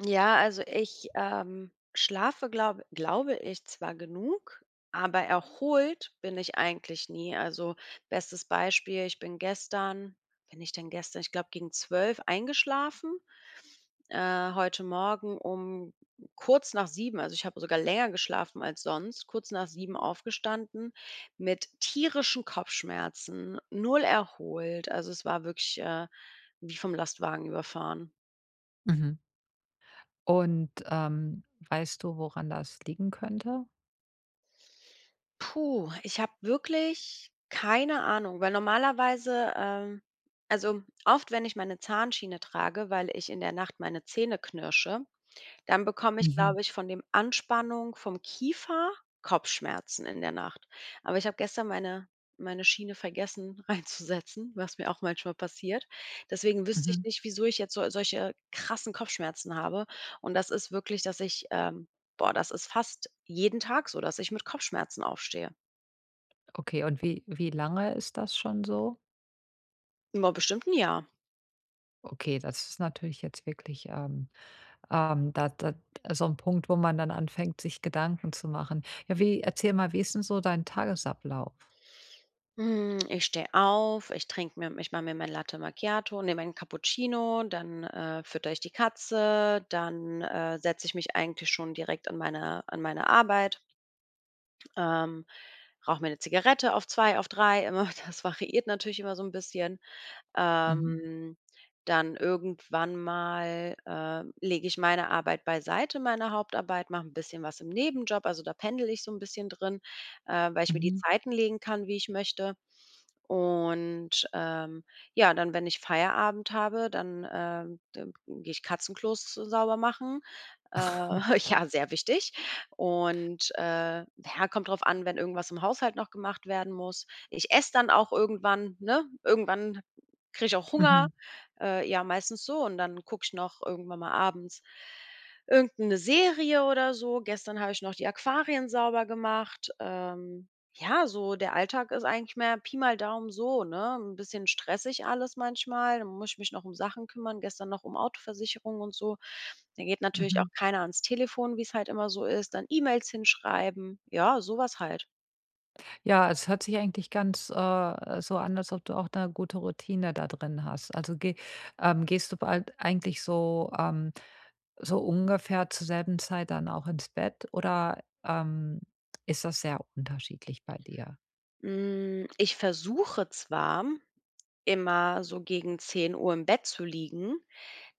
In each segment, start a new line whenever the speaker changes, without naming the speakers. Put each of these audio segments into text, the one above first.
Ja, also ich, schlafe, glaube ich zwar genug, aber erholt bin ich eigentlich nie. Also, bestes Beispiel, ich bin gestern wann bin ich denn gestern? Ich glaube, gegen 12 eingeschlafen. Heute Morgen um kurz nach 7, also ich habe sogar länger geschlafen als sonst, kurz nach 7 aufgestanden mit tierischen Kopfschmerzen, null erholt. Also, es war wirklich, wie vom Lastwagen überfahren.
Mhm. Und, weißt du, woran das liegen könnte?
Puh, ich habe wirklich keine Ahnung, weil normalerweise also oft, wenn ich meine Zahnschiene trage, weil ich in der Nacht meine Zähne knirsche, dann bekomme ich,
Mhm,
glaube ich, von dem Anspannung vom Kiefer Kopfschmerzen in der Nacht. Aber ich habe gestern meine Schiene vergessen reinzusetzen, was mir auch manchmal passiert. Deswegen wüsste ich
mhm.
nicht, wieso ich jetzt so solche krassen Kopfschmerzen habe. Und das ist wirklich, dass ich boah, das ist fast jeden Tag so, dass ich mit Kopfschmerzen aufstehe.
Okay, und wie lange ist das schon so?
Boah, bestimmt 'n Jahr.
Okay, das ist natürlich jetzt wirklich, da so ein Punkt, wo man dann anfängt, sich Gedanken zu machen. Ja, wie erzähl mal, wie ist denn so dein Tagesablauf?
Hm, ich stehe auf, ich mache mir mein Latte Macchiato, ne, meinen Cappuccino, dann, fütter ich die Katze, dann, setze ich mich eigentlich schon direkt an meine Arbeit, ähm, rauche mir eine Zigarette auf 2, auf 3, immer, das variiert natürlich immer so ein bisschen.
Mhm.
Ähm, Dann irgendwann mal, lege ich meine Arbeit beiseite, meine Hauptarbeit, mache ein bisschen was im Nebenjob, also da pendel ich so ein bisschen drin, weil ich mir die
Mhm.
Zeiten legen kann, wie ich möchte. Und, ja, dann, wenn ich Feierabend habe, dann, d gehe ich Katzenklos sauber machen. Äh,
Ok.
ja, sehr wichtig. Und, ja, kommt drauf an, wenn irgendwas im Haushalt noch gemacht werden muss. Ich esse dann auch irgendwann, ne? Irgendwann kriege ich auch Hunger.
Mhm,
Ja, meistens so, und dann gucke ich noch irgendwann mal abends irgendeine Serie oder so. Gestern habe ich noch die Aquarien sauber gemacht, ja, so der Alltag ist eigentlich mehr Pi mal Daumen so, ne? Ein bisschen stressig alles manchmal. Dann muss ich mich noch um Sachen kümmern, gestern noch um Autoversicherung und so. Dann geht natürlich auch
mhm.
keiner ans Telefon, wie es halt immer so ist, dann E-Mails hinschreiben, ja, sowas halt.
Ja, es hört sich eigentlich ganz, so an, als ob du auch eine gute Routine da drin hast. Also, gehst du bald eigentlich so, so ungefähr zur selben Zeit dann auch ins Bett oder, ist das sehr unterschiedlich bei dir?
Hm, ich versuche zwar, immer so gegen 10 Uhr im Bett zu liegen.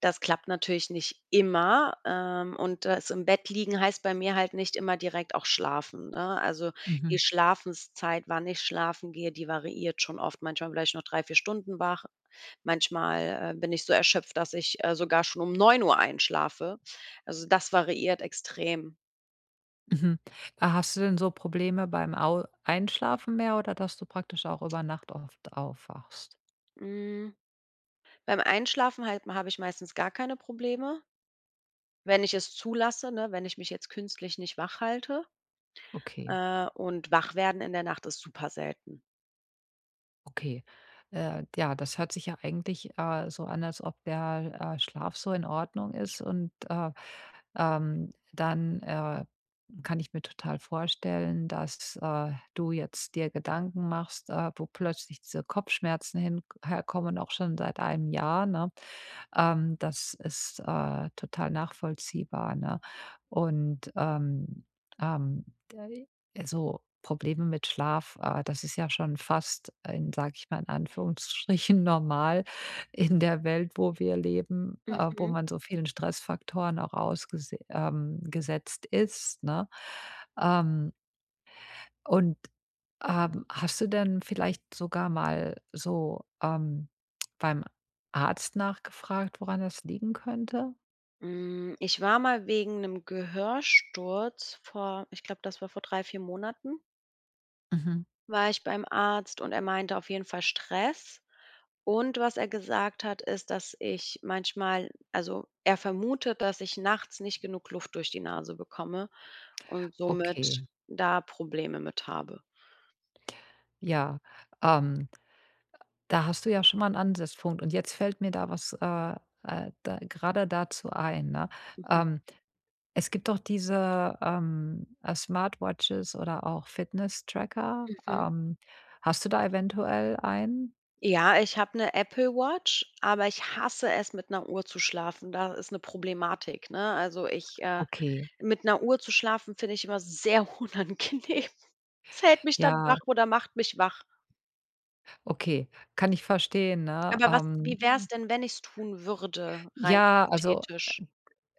Das klappt natürlich nicht immer, und das im Bett liegen heißt bei mir halt nicht immer direkt auch schlafen, ne? Also, die
Mhm,
Schlafenszeit, wann ich schlafen gehe, die variiert schon oft. Manchmal vielleicht ich noch 3, 4 Stunden wach. Manchmal, bin ich so erschöpft, dass ich, sogar schon um 9 Uhr einschlafe. Also, das variiert extrem.
mhm. Hast du denn so Probleme beim Au Einschlafen mehr oder dass du praktisch auch über Nacht oft aufwachst?
Hm, beim Einschlafen halt habe ich meistens gar keine Probleme, wenn ich es zulasse, ne, wenn ich mich jetzt künstlich nicht wach halte,
Okay.
und wach werden in der Nacht ist super selten.
Okay. Ja, das hört sich ja eigentlich, so an, als ob der, Schlaf so in Ordnung ist und, dann, kann ich mir total vorstellen, dass, du jetzt dir Gedanken machst, wo plötzlich diese Kopfschmerzen hin herkommen, auch schon seit einem Jahr, ne? Das ist, total nachvollziehbar, ne? Und, ähm, d also, Probleme mit Schlaf, das ist ja schon fast in, sage ich mal in Anführungsstrichen, normal in der Welt, wo wir leben, wo
Mhm.
man so vielen Stressfaktoren auch ausgesetzt gesetzt ist, ne? Ähm und, hast du denn vielleicht sogar mal so, beim Arzt nachgefragt, woran das liegen könnte?
Hm, ich war mal wegen einem Gehörsturz vor ich glaube, das war vor 3, 4 Monaten,
Mhm.
war ich beim Arzt, und er meinte auf jeden Fall Stress. Und was er gesagt hat, ist, dass ich manchmal also, er vermutet, dass ich nachts nicht genug Luft durch die Nase bekomme und somit
Okay,
da Probleme mit habe.
ja. Ähm, Da hast du ja schon mal einen Ansatzpunkt und jetzt fällt mir da was, da grade dazu ein, ne?
Mhm,
Ähm, Es gibt doch diese, Smartwatches oder auch Fitness-Tracker.
mhm.
Hast du da eventuell einen?
Ja, ich habe eine Apple Watch, aber ich hasse es, mit einer Uhr zu schlafen. Da ist eine Problematik, ne? Also, ich,
Okay,
mit 'ner Uhr zu schlafen, finde ich immer sehr unangenehm. Es hält mich dann wach
ja.
oder macht mich wach.
Okay, kann ich verstehen, ne?
Aber was wie wär's denn, wenn ich's tun würde, rein
Ja, also,
hypothetisch?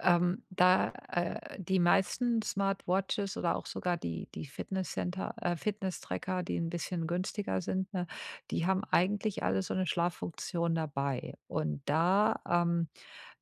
da, die meisten Smartwatches oder auch sogar die Fitnesscenter Fitnesstracker, die ein bisschen günstiger sind, ne, die haben eigentlich alle so eine Schlaffunktion dabei. Und da, ähm,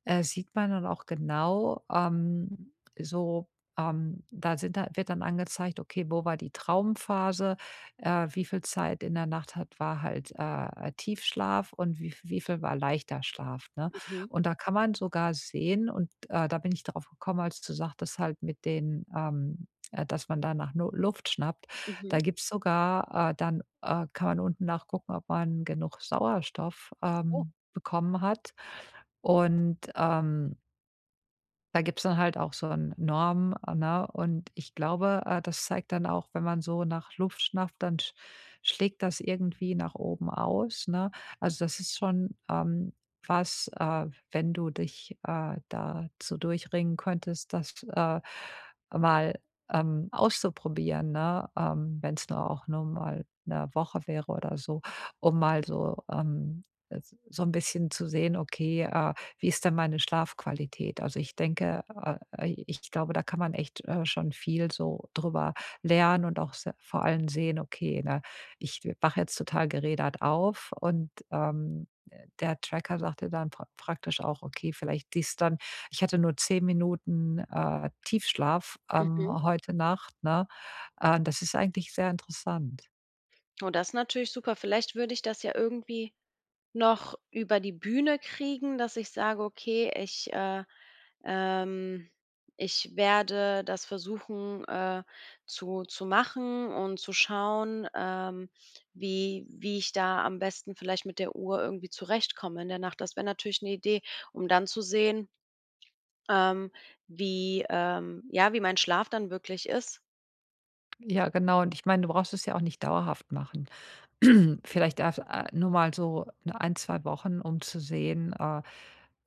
äh, sieht man dann auch genau, so, da sind da wird dann angezeigt, okay, wo war die Traumphase, wie viel Zeit in der Nacht hat war halt, Tiefschlaf und wie viel war leichter Schlaf, ne?
Mhm,
Und da kann man sogar sehen und, da bin ich drauf gekommen, als du sagtest halt mit den, dass man da nach Nu Luft schnappt.
mhm.
Da gibt's sogar, dann, kann man unten nachgucken, ob man genug Sauerstoff,
Oh,
bekommen hat. Und, da gibt's dann halt auch so ein Norm, ne? Und ich glaube, das zeigt dann auch, wenn man so nach Luft schnappt, dann schlägt das irgendwie nach oben aus, ne? Also, das ist schon, was, wenn du dich, dazu durchringen könntest, das, mal, auszuprobieren, ne? Wenn's nur auch nur mal eine Woche wäre oder so, um mal so, s so ein bisschen zu sehen, okay, wie ist denn meine Schlafqualität? Also, ich denke, ich glaube, da kann man echt, schon viel so drüber lernen und auch se vor allem sehen, okay, ne, ich wache jetzt total gerädert auf und, der Tracker sagte dann praktisch auch: „Okay, vielleicht dies dann ich hatte nur 10 Minuten, Tiefschlaf,
mhm.
heute Nacht", ne? Das ist eigentlich sehr interessant.
Oh, das ist natürlich super. Vielleicht würde ich das ja irgendwie noch über die Bühne kriegen, dass ich sage: „Okay, ich, ähm ich werde das versuchen, zu machen und zu schauen, wie ich da am besten vielleicht mit der Uhr irgendwie zurechtkomme in der Nacht.“ Das wäre natürlich eine Idee, um dann zu sehen, ähm, wie, ja, wie mein Schlaf dann wirklich ist.
Ja, genau. Und ich meine, du brauchst es ja auch nicht dauerhaft machen. Vielleicht erst, nur mal so 'ne 1, 2 Wochen, um zu sehen,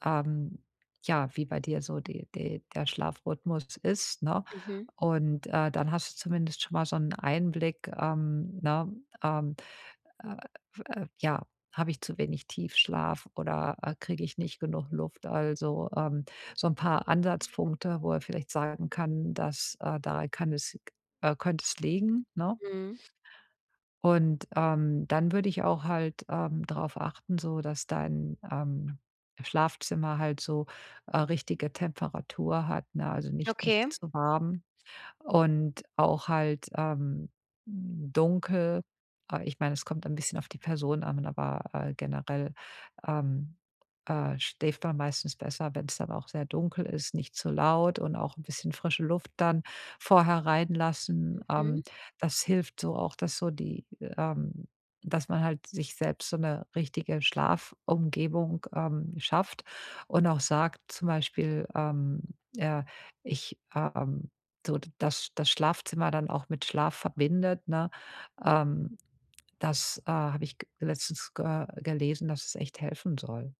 ähm, ja, wie bei dir so die die der Schlafrhythmus ist, ne?
Mhm.
Und, dann hast du zumindest schon mal so einen Einblick, ne, ähm äh, ja, habe ich zu wenig Tiefschlaf oder, kriege ich nicht genug Luft? Also, so ein paar Ansatzpunkte, wo er vielleicht sagen kann, dass, daran kann es könnte es liegen, ne?
Mhm.
Und, dann würde ich auch halt, drauf achten, so dass dein, Schlafzimmer halt so, richtige Temperatur hat, ne? Also, nicht
Okay.
nicht zu warm und auch halt, dunkel. Ich meine, es kommt ein bisschen auf die Person an, aber, generell, ähm, schläft man meistens besser, wenn es dann auch sehr dunkel ist, nicht zu laut und auch ein bisschen frische Luft dann vorher reinlassen.
Mhm.
Das hilft so auch, dass so die, dass man halt sich selbst so eine richtige Schlafumgebung, schafft und auch sagt zum Beispiel, äh: „Ich, so das Schlafzimmer dann auch mit Schlaf verbindet, ne? Ähm, Das, habe ich g letztens ge gelesen, dass es echt helfen soll.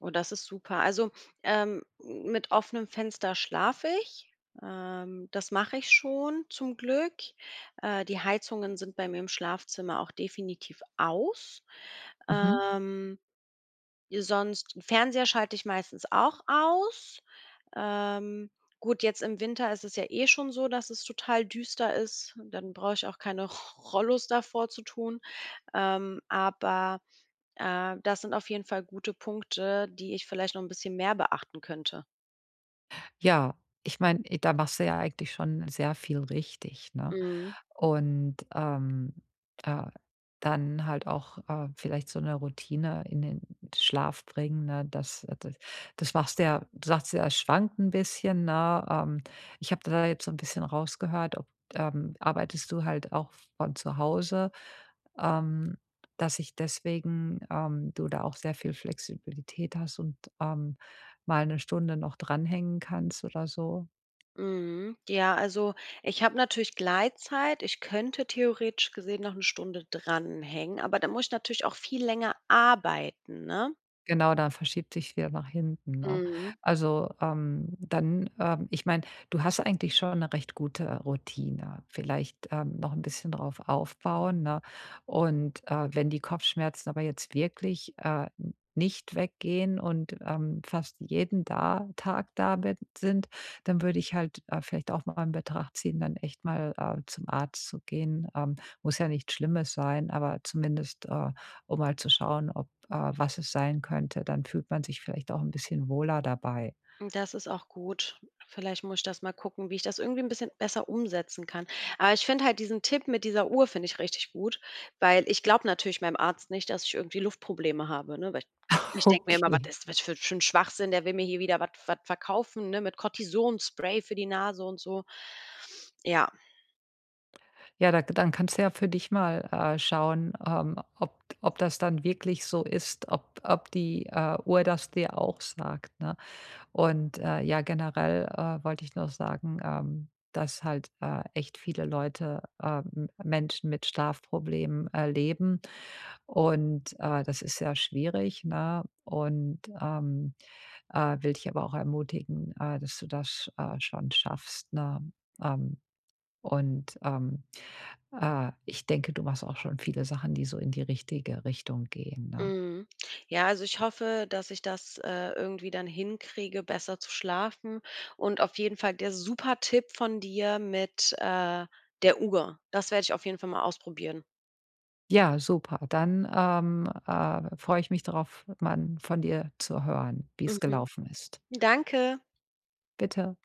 Oh, das ist super. Also, mit offenem Fenster schlafe ich. Das mache ich schon zum Glück. Die Heizungen sind bei mir im Schlafzimmer auch definitiv aus.
Mhm.
Ähm, Sonst, Fernseher schalte ich meistens auch aus. Ähm, gut, jetzt im Winter ist es ja eh schon so, dass es total düster ist. Dann brauche ich auch keine Rollos davor zu tun. Ähm, aber Das sind auf jeden Fall gute Punkte, die ich vielleicht noch ein bisschen mehr beachten könnte.
Ja, ich meine, da machst du ja eigentlich schon sehr viel richtig, ne?
Mhm,
Und, äh, dann halt auch, vielleicht so eine Routine in den Schlaf bringen, ne? Das machst du ja, du sagst ja, es schwankt ein bisschen, ne? Ich habe da jetzt so ein bisschen rausgehört, ob, arbeitest du halt auch von zu Hause, ähm, dass ich deswegen, du da auch sehr viel Flexibilität hast und, mal eine Stunde noch dranhängen kannst oder so?
mhm. Ja, also, ich habe natürlich Gleitzeit. Ich könnte theoretisch gesehen noch eine Stunde dranhängen, aber da muss ich natürlich auch viel länger arbeiten, ne?
Genau, dann verschiebt sich wieder nach hinten, ne?
Mhm.
Also, dann, ich meine, du hast eigentlich schon eine recht gute Routine. Vielleicht, noch ein bisschen drauf aufbauen, ne? Und, wenn die Kopfschmerzen aber jetzt wirklich, nicht weggehen und, fast jeden da Tag da bin sind, dann würde ich halt, vielleicht auch mal in Betracht ziehen, dann echt mal, zum Arzt zu gehen. Muss ja nichts Schlimmes sein, aber zumindest, um mal zu schauen, ob, was es sein könnte. Dann fühlt man sich vielleicht auch ein bisschen wohler dabei.
Das ist auch gut. Vielleicht muss ich das mal gucken, wie ich das irgendwie ein bisschen besser umsetzen kann. Aber ich finde halt diesen Tipp mit dieser Uhr finde ich richtig gut, weil ich glaube natürlich meinem Arzt nicht, dass ich irgendwie Luftprobleme habe, ne? Weil ich denke mir immer:
Okay.
was für 'n Schwachsinn, der will mir hier wieder was verkaufen, ne, mit Cortison-Spray für die Nase und so.“ Ja.
Ja, da dann kannst du ja für dich mal, schauen, ob das dann wirklich so ist, ob die, Uhr das dir auch sagt, ne? Und, ja, generell, wollte ich noch sagen, dass halt, echt viele Leute, Menschen mit Schlafproblemen, leben und, das ist ja schwierig, ne? Und, will dich aber auch ermutigen, dass du das, schon schaffst, ne? Ähm, und, ähm, ich denke, du machst auch schon viele Sachen, die so in die richtige Richtung gehen, ne?
Mhm. Ja, also ich hoffe, dass ich das, irgendwie dann hinkriege, besser zu schlafen, und auf jeden Fall der super Tipp von dir mit, der Uhr. Das werde ich auf jeden Fall mal ausprobieren.
Ja, super. Dann, freue ich mich darauf, mal von dir zu hören, wie es
Mhm.
gelaufen ist.
Danke.
Bitte.